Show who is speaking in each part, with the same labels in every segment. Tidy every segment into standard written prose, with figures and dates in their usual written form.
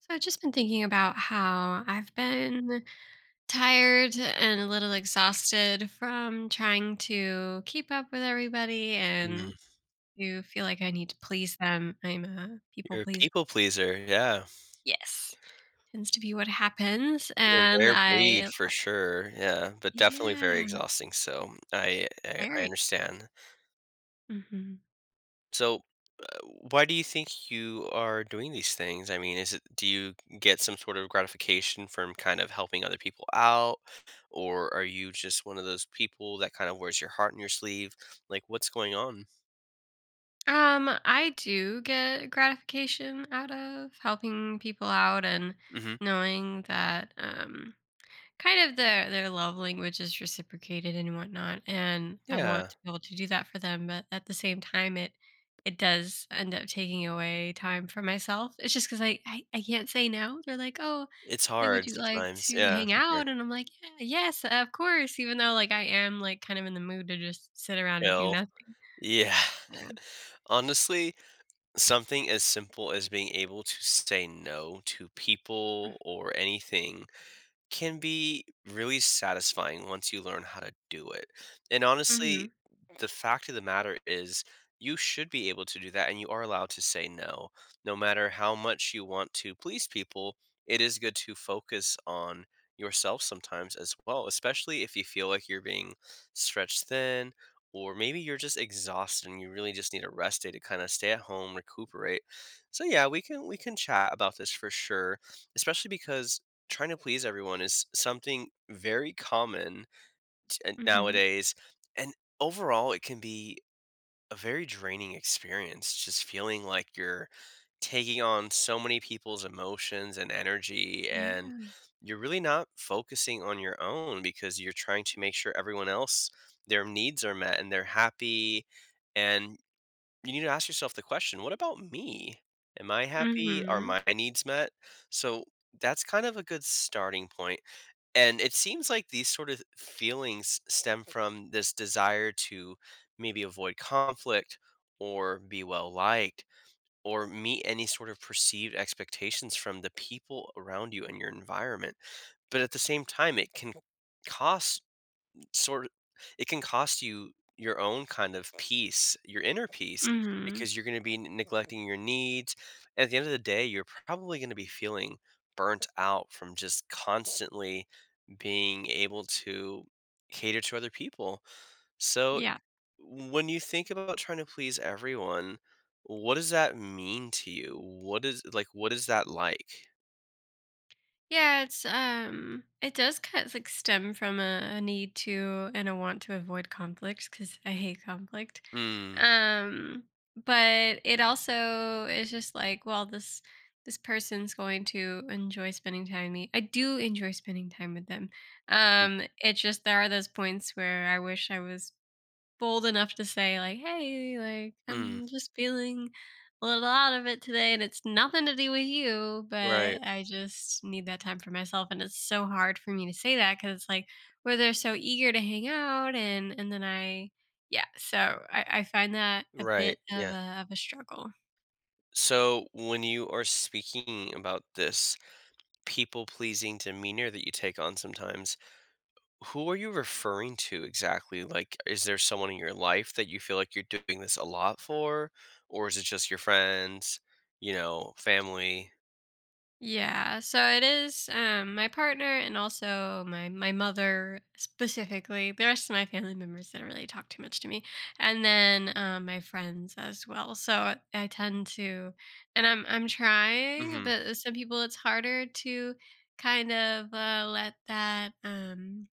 Speaker 1: So I've just been thinking about how I've been tired and a little exhausted from trying to keep up with everybody
Speaker 2: Mm,
Speaker 1: and to feel like I need to please them. I'm a people
Speaker 2: you're a
Speaker 1: pleaser.
Speaker 2: people pleaser, yeah.
Speaker 1: Yes, tends to be what happens.
Speaker 2: A
Speaker 1: And
Speaker 2: rare breed
Speaker 1: I,
Speaker 2: for sure, yeah, but definitely very
Speaker 1: yeah,
Speaker 2: exhausting, so I
Speaker 1: very.
Speaker 2: understand.
Speaker 1: Hmm.
Speaker 2: So, uh, why do you think you are doing these things? I mean, is it do you get some sort of gratification from kind of helping other people out, or are you just one of those people that kind of wears your heart on your sleeve? Like, what's going on?
Speaker 1: I do get gratification out of helping people out and
Speaker 2: Mhm.
Speaker 1: knowing that kind of their love language is reciprocated and whatnot, and I want
Speaker 2: Yeah,
Speaker 1: to be able to do that for them, but at the same time it does end up taking away time for myself. It's just because I can't say no. They're like, oh,
Speaker 2: it's
Speaker 1: they "Would
Speaker 2: hard
Speaker 1: you like
Speaker 2: sometimes,
Speaker 1: to
Speaker 2: yeah,
Speaker 1: hang
Speaker 2: for sure.
Speaker 1: out?" And I'm like, "Yeah, yes, of course," even though like I am like kind of in the mood to just sit around and do
Speaker 2: Ill.
Speaker 1: nothing.
Speaker 2: Yeah,
Speaker 1: Yeah.
Speaker 2: honestly, something as simple as being able to say no to people or anything can be really satisfying once you learn how to do it. And
Speaker 1: Mm-hmm.
Speaker 2: honestly, the fact of the matter is, you should be able to do that, and you are allowed to say no. No matter how much you want to please people, it is good to focus on yourself sometimes as well, especially if you feel like you're being stretched thin, or maybe you're just exhausted and you really just need a rest day to kind of stay at home, recuperate. So yeah, we can chat about this for sure, especially because trying to please everyone is something very common
Speaker 1: Mm-hmm.
Speaker 2: nowadays. And overall, it can be a very draining experience, just feeling like you're taking on so many people's emotions and energy. And
Speaker 1: Yeah.
Speaker 2: you're really not focusing on your own because you're trying to make sure everyone else, their needs are met and they're happy. And you need to ask yourself the question, what about me? Am I happy? Are
Speaker 1: Mm-hmm.
Speaker 2: my needs met? So that's kind of a good starting point, and it seems like these sort of feelings stem from this desire to maybe avoid conflict or be well liked or meet any sort of perceived expectations from the people around you and your environment. But at the same time, it can cost sort it can cost you your own kind of peace, your inner peace,
Speaker 1: Mm-hmm.
Speaker 2: because you're going to be neglecting your needs. At the end of the day, you're probably going to be feeling burnt out from just constantly being able to cater to other people. So,
Speaker 1: Yeah.
Speaker 2: when you think about trying to please everyone, what does that mean to you? What is that like?
Speaker 1: Yeah, it does kind of like stem from a need to and a want to avoid conflict because I hate conflict.
Speaker 2: Mm.
Speaker 1: Um, but it also is just like, well, this person's going to enjoy spending time with me. I do enjoy spending time with them. It's just there are those points where I wish I was bold enough to say like, "Hey, like
Speaker 2: Mm.
Speaker 1: I'm just feeling a little out of it today and it's nothing to do with you,
Speaker 2: Right.
Speaker 1: but I just need that time for myself." And it's so hard for me to say that cuz it's like where they're so eager to hang out, and then I, yeah, so I find that a
Speaker 2: Right.
Speaker 1: bit of
Speaker 2: Yeah.
Speaker 1: a struggle.
Speaker 2: So, when you are speaking about this people pleasing demeanor that you take on sometimes, who are you referring to exactly? Like, is there someone in your life that you feel like you're doing this a lot for? Or is it just your friends, you know, family?
Speaker 1: Yeah, so it is my partner and also my mother specifically. The rest of my family members didn't really talk too much to me, and then my friends as well. So I tend to, and I'm trying,
Speaker 2: Hmm.
Speaker 1: but some people it's harder to kind of let that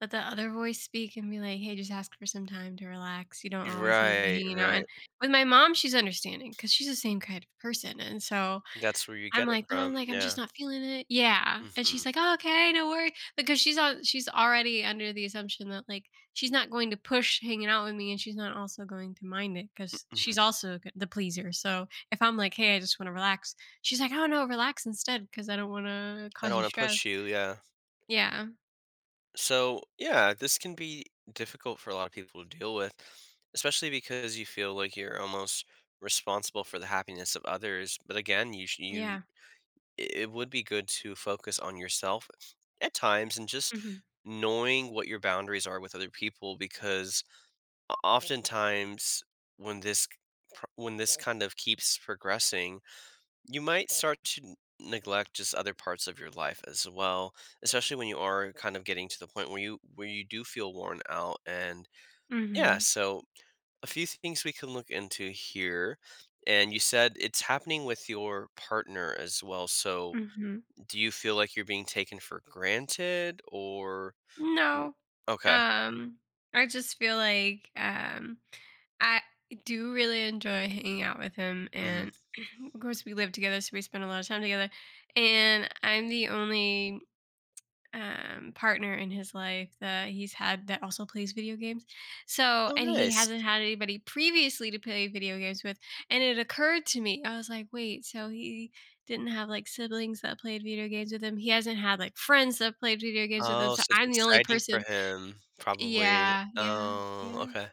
Speaker 1: let the other voice speak and be like, hey, just ask for some time to relax. You don't always need to be
Speaker 2: Right,
Speaker 1: hanging out. And
Speaker 2: right.
Speaker 1: with my mom, she's understanding because she's the same kind of person, and so
Speaker 2: That's where you
Speaker 1: I'm
Speaker 2: get it
Speaker 1: like,
Speaker 2: from.
Speaker 1: "Mom," like, "I'm just
Speaker 2: Yeah.
Speaker 1: not feeling it." Yeah, and
Speaker 2: Hmm.
Speaker 1: she's like, "Oh, okay, no worry," because she's already under the assumption that, like, she's not going to push hanging out with me, and she's not also going to mind it because she's
Speaker 2: Hmm.
Speaker 1: also g the pleaser. So if I'm like, "Hey, I just wanna relax," she's like, "Oh, no, relax instead, because I don't wanna
Speaker 2: I
Speaker 1: cause
Speaker 2: don't
Speaker 1: you
Speaker 2: want to
Speaker 1: stress."
Speaker 2: push you. Yeah.
Speaker 1: Yeah.
Speaker 2: So, yeah, this can be difficult for a lot of people to deal with, especially because you feel like you're almost responsible for the happiness of others. But again, you
Speaker 1: Yeah.
Speaker 2: it it would be good to focus on yourself at times and just
Speaker 1: Mhm.
Speaker 2: knowing what your boundaries are with other people because oftentimes when when this kind of keeps progressing, you might start to neglect just other parts of your life as well, especially when you are kind of getting to the point where you do feel worn out. And yeah,
Speaker 1: Mhm.
Speaker 2: so a few things we can look into here. And you said it's happening with your partner as well. So
Speaker 1: Mhm.
Speaker 2: do you feel like you're being taken for granted or w-
Speaker 1: No.
Speaker 2: okay.
Speaker 1: Um, I just feel like I do really enjoy hanging out with him,
Speaker 2: Hmm.
Speaker 1: and of course we live together so we spend a lot of time together, and I'm the only partner in his life that he's had that also plays video games. So,
Speaker 2: Oh,
Speaker 1: and he
Speaker 2: nice.
Speaker 1: hasn't had anybody previously to play video games with, and it occurred to me. I was like, "Wait, so he didn't have like siblings that played video games with him. He hasn't had like friends that played video games with him.
Speaker 2: Oh,
Speaker 1: So
Speaker 2: so it's
Speaker 1: I'm the only
Speaker 2: exciting for
Speaker 1: person."
Speaker 2: him, probably.
Speaker 1: Yeah, yeah,
Speaker 2: Oh,
Speaker 1: yeah.
Speaker 2: okay.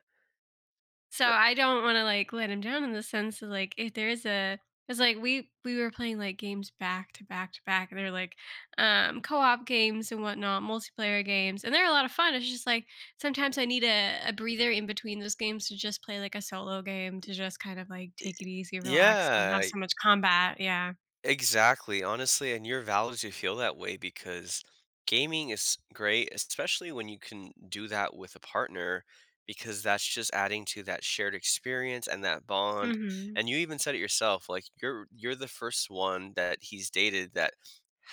Speaker 1: So
Speaker 2: So,
Speaker 1: I don't wanna, like, let him down in the sense of, like, if there is a. It's like, we were playing, like, games back to back to back, they're, like, co-op games and whatnot, multiplayer games, and they're a lot of fun. It's just, like, sometimes I need a breather in between those games to just play, like, a solo game to just kind of, like, take it easy, relax, don't
Speaker 2: yeah,
Speaker 1: have so much combat. Yeah.
Speaker 2: exactly, honestly, and you're valid to feel that way because gaming is great, especially when you can do that with a partner because that's just adding to that shared experience and that bond.
Speaker 1: Mhm.
Speaker 2: And you even said it yourself, like you're the first one that he's dated that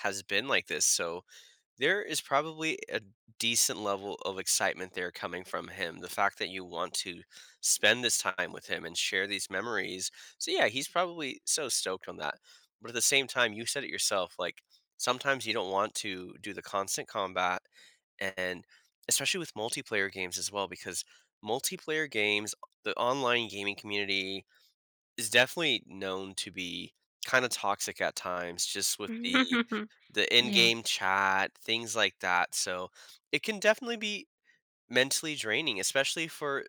Speaker 2: has been like this. So there is probably a decent level of excitement there coming from him. The fact that you want to spend this time with him and share these memories. So yeah, he's probably so stoked on that. But at the same time, you said it yourself, like sometimes you don't want to do the constant combat and especially with multiplayer games as well because multiplayer games, the online gaming community, is definitely known to be kinda toxic at times just with the
Speaker 1: Yeah.
Speaker 2: in-game chat, things like that, so it can definitely be mentally draining, especially for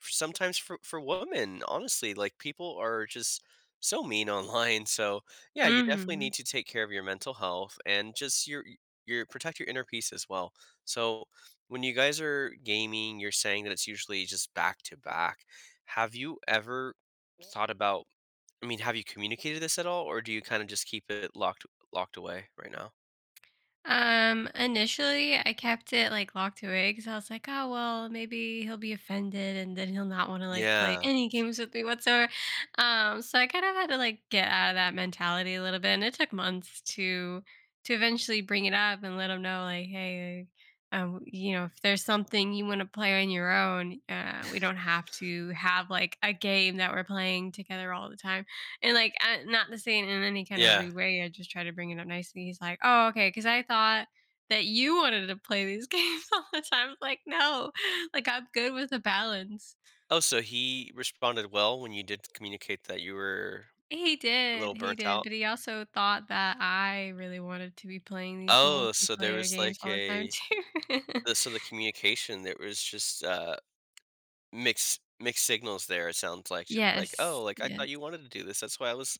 Speaker 2: for- sometimes for women, honestly, like, people are just so mean online, so, yeah, you definitely need
Speaker 1: Mhm.
Speaker 2: to take care of your mental health and just your protect your inner peace as well. So, when you guys are gaming, you're saying that it's usually just back to back. Have you ever thought about I mean, have you communicated this at all, or do you kinda just keep it locked away right now?
Speaker 1: Initially, I kept it like locked away because I was like, oh, well, maybe he'll be offended and then he'll not want to like play
Speaker 2: Yeah,
Speaker 1: any games with me whatsoever. So I kind of had to like get out of that mentality a little bit. And it took months to eventually bring it up and let him know, like, hey, like, you know, if there's something you want to play on your own, we don't have to have like a game that we're playing together all the time. And, like, I, not to say it in any kind of
Speaker 2: yeah.
Speaker 1: rude way, I just try to bring it up nicely. He's like, "Oh, okay, because I thought that you wanted to play these games all the time." I was like, "No, like, I'm good with the balance."
Speaker 2: Oh, so he responded well when you did communicate that you were a little
Speaker 1: He
Speaker 2: burnt
Speaker 1: did,
Speaker 2: out?
Speaker 1: but he also thought that I really wanted to be playing these
Speaker 2: Oh, so there
Speaker 1: multiplayer
Speaker 2: was
Speaker 1: games
Speaker 2: like
Speaker 1: all the time
Speaker 2: a
Speaker 1: too.
Speaker 2: the communication, there was just, mixed signals there, it sounds like, just like,
Speaker 1: Yes,
Speaker 2: "Oh, like, I thought
Speaker 1: yes.
Speaker 2: you wanted to do this, that's why I was,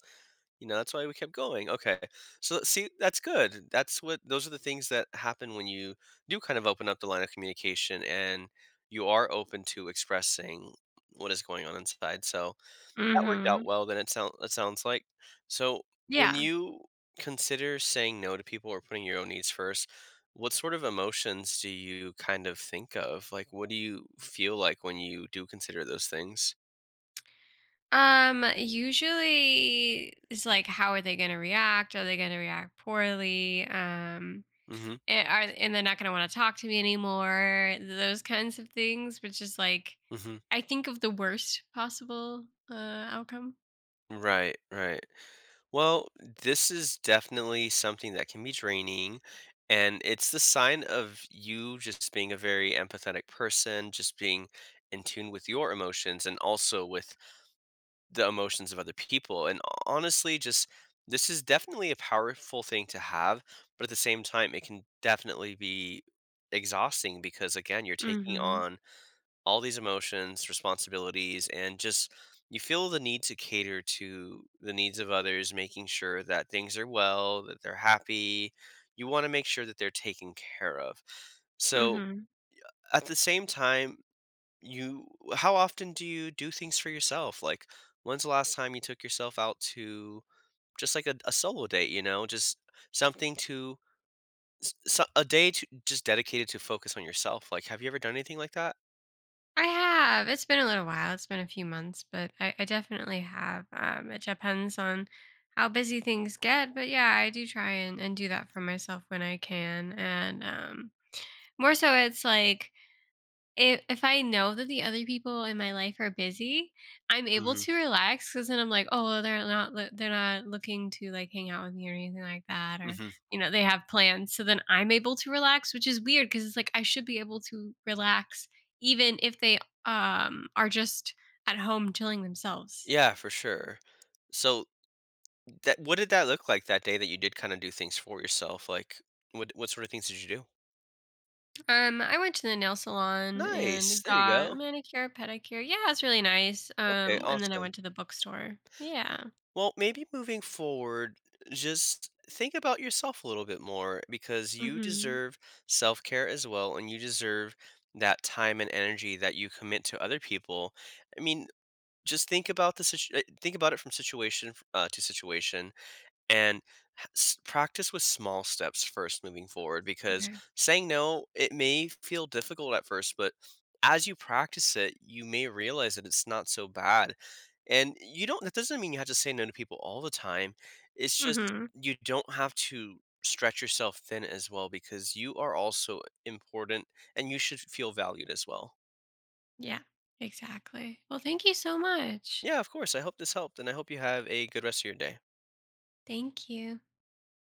Speaker 2: you know, that's why we kept going." Okay. So, see, that's good. That's what those are the things that happen when you do kind of open up the line of communication and you are open to expressing what is going on inside, so that worked out
Speaker 1: Mhm.
Speaker 2: well then it sounds like. So, when
Speaker 1: Yeah.
Speaker 2: you consider saying no to people or putting your own needs first, what sort of emotions do you kind of think of? Like, what do you feel like when you do consider those things?
Speaker 1: Usually it's like, how are they gonna react? Are they gonna react poorly?
Speaker 2: Mhm,
Speaker 1: Are, and they're not going to want to talk to me anymore, those kinds of things, which is like
Speaker 2: mhm.
Speaker 1: I think of the worst possible uh outcome.
Speaker 2: Right, right. Well, this is definitely something that can be draining, and it's the sign of you just being a very empathetic person, just being in tune with your emotions and also with the emotions of other people. And honestly, just this is definitely a powerful thing to have, but at the same time, it can definitely be exhausting because, again, you're taking
Speaker 1: Mhm.
Speaker 2: on all these emotions, responsibilities, and just you feel the need to cater to the needs of others, making sure that things are well, that they're happy. You want to make sure that they're taken care of. So,
Speaker 1: Mhm.
Speaker 2: at the same time, you how often do you do things for yourself? Like, when's the last time you took yourself out to just like a solo date, you know, just something to a day to just dedicated to focus on yourself. Like, have you ever done anything like that?
Speaker 1: I have, it's been a little while, it's been a few months, but I definitely have. It depends on how busy things get, but yeah, I do try and do that for myself when I can. And more so it's like if I know that the other people in my life are busy, I'm able
Speaker 2: Hmm.
Speaker 1: to relax because then I'm like, oh, well, they're not looking to like hang out with me or anything like that, or
Speaker 2: Hmm.
Speaker 1: you know, they have plans. So then I'm able to relax, which is weird because it's like I should be able to relax even if they are just at home chilling themselves.
Speaker 2: Yeah, for sure. So that what did that look like that day that you did kind of do things for yourself? Like, what sort of things did you do?
Speaker 1: I went to the nail salon
Speaker 2: Nice.
Speaker 1: and
Speaker 2: There you
Speaker 1: got
Speaker 2: go.
Speaker 1: manicure, pedicure. Yeah, it's really nice.
Speaker 2: Okay,
Speaker 1: And then I
Speaker 2: awesome.
Speaker 1: went to the bookstore. Yeah.
Speaker 2: Well, maybe moving forward, just think about yourself a little bit more because you
Speaker 1: Mhm.
Speaker 2: deserve self care as well, and you deserve that time and energy that you commit to other people. I mean, just think about think about it from to situation and practice with small steps first moving forward because
Speaker 1: Okay.
Speaker 2: saying no it may feel difficult at first but as you practice it you may realize that it's not so bad, and you don't that doesn't mean you have to say no to people all the time, it's just
Speaker 1: Mhm.
Speaker 2: you don't have to stretch yourself thin as well because you are also important and you should feel valued as well.
Speaker 1: Yeah, exactly. Well, thank you so much.
Speaker 2: Yeah, of course, I hope this helped and I hope you have a good rest of your day.
Speaker 1: Thank you.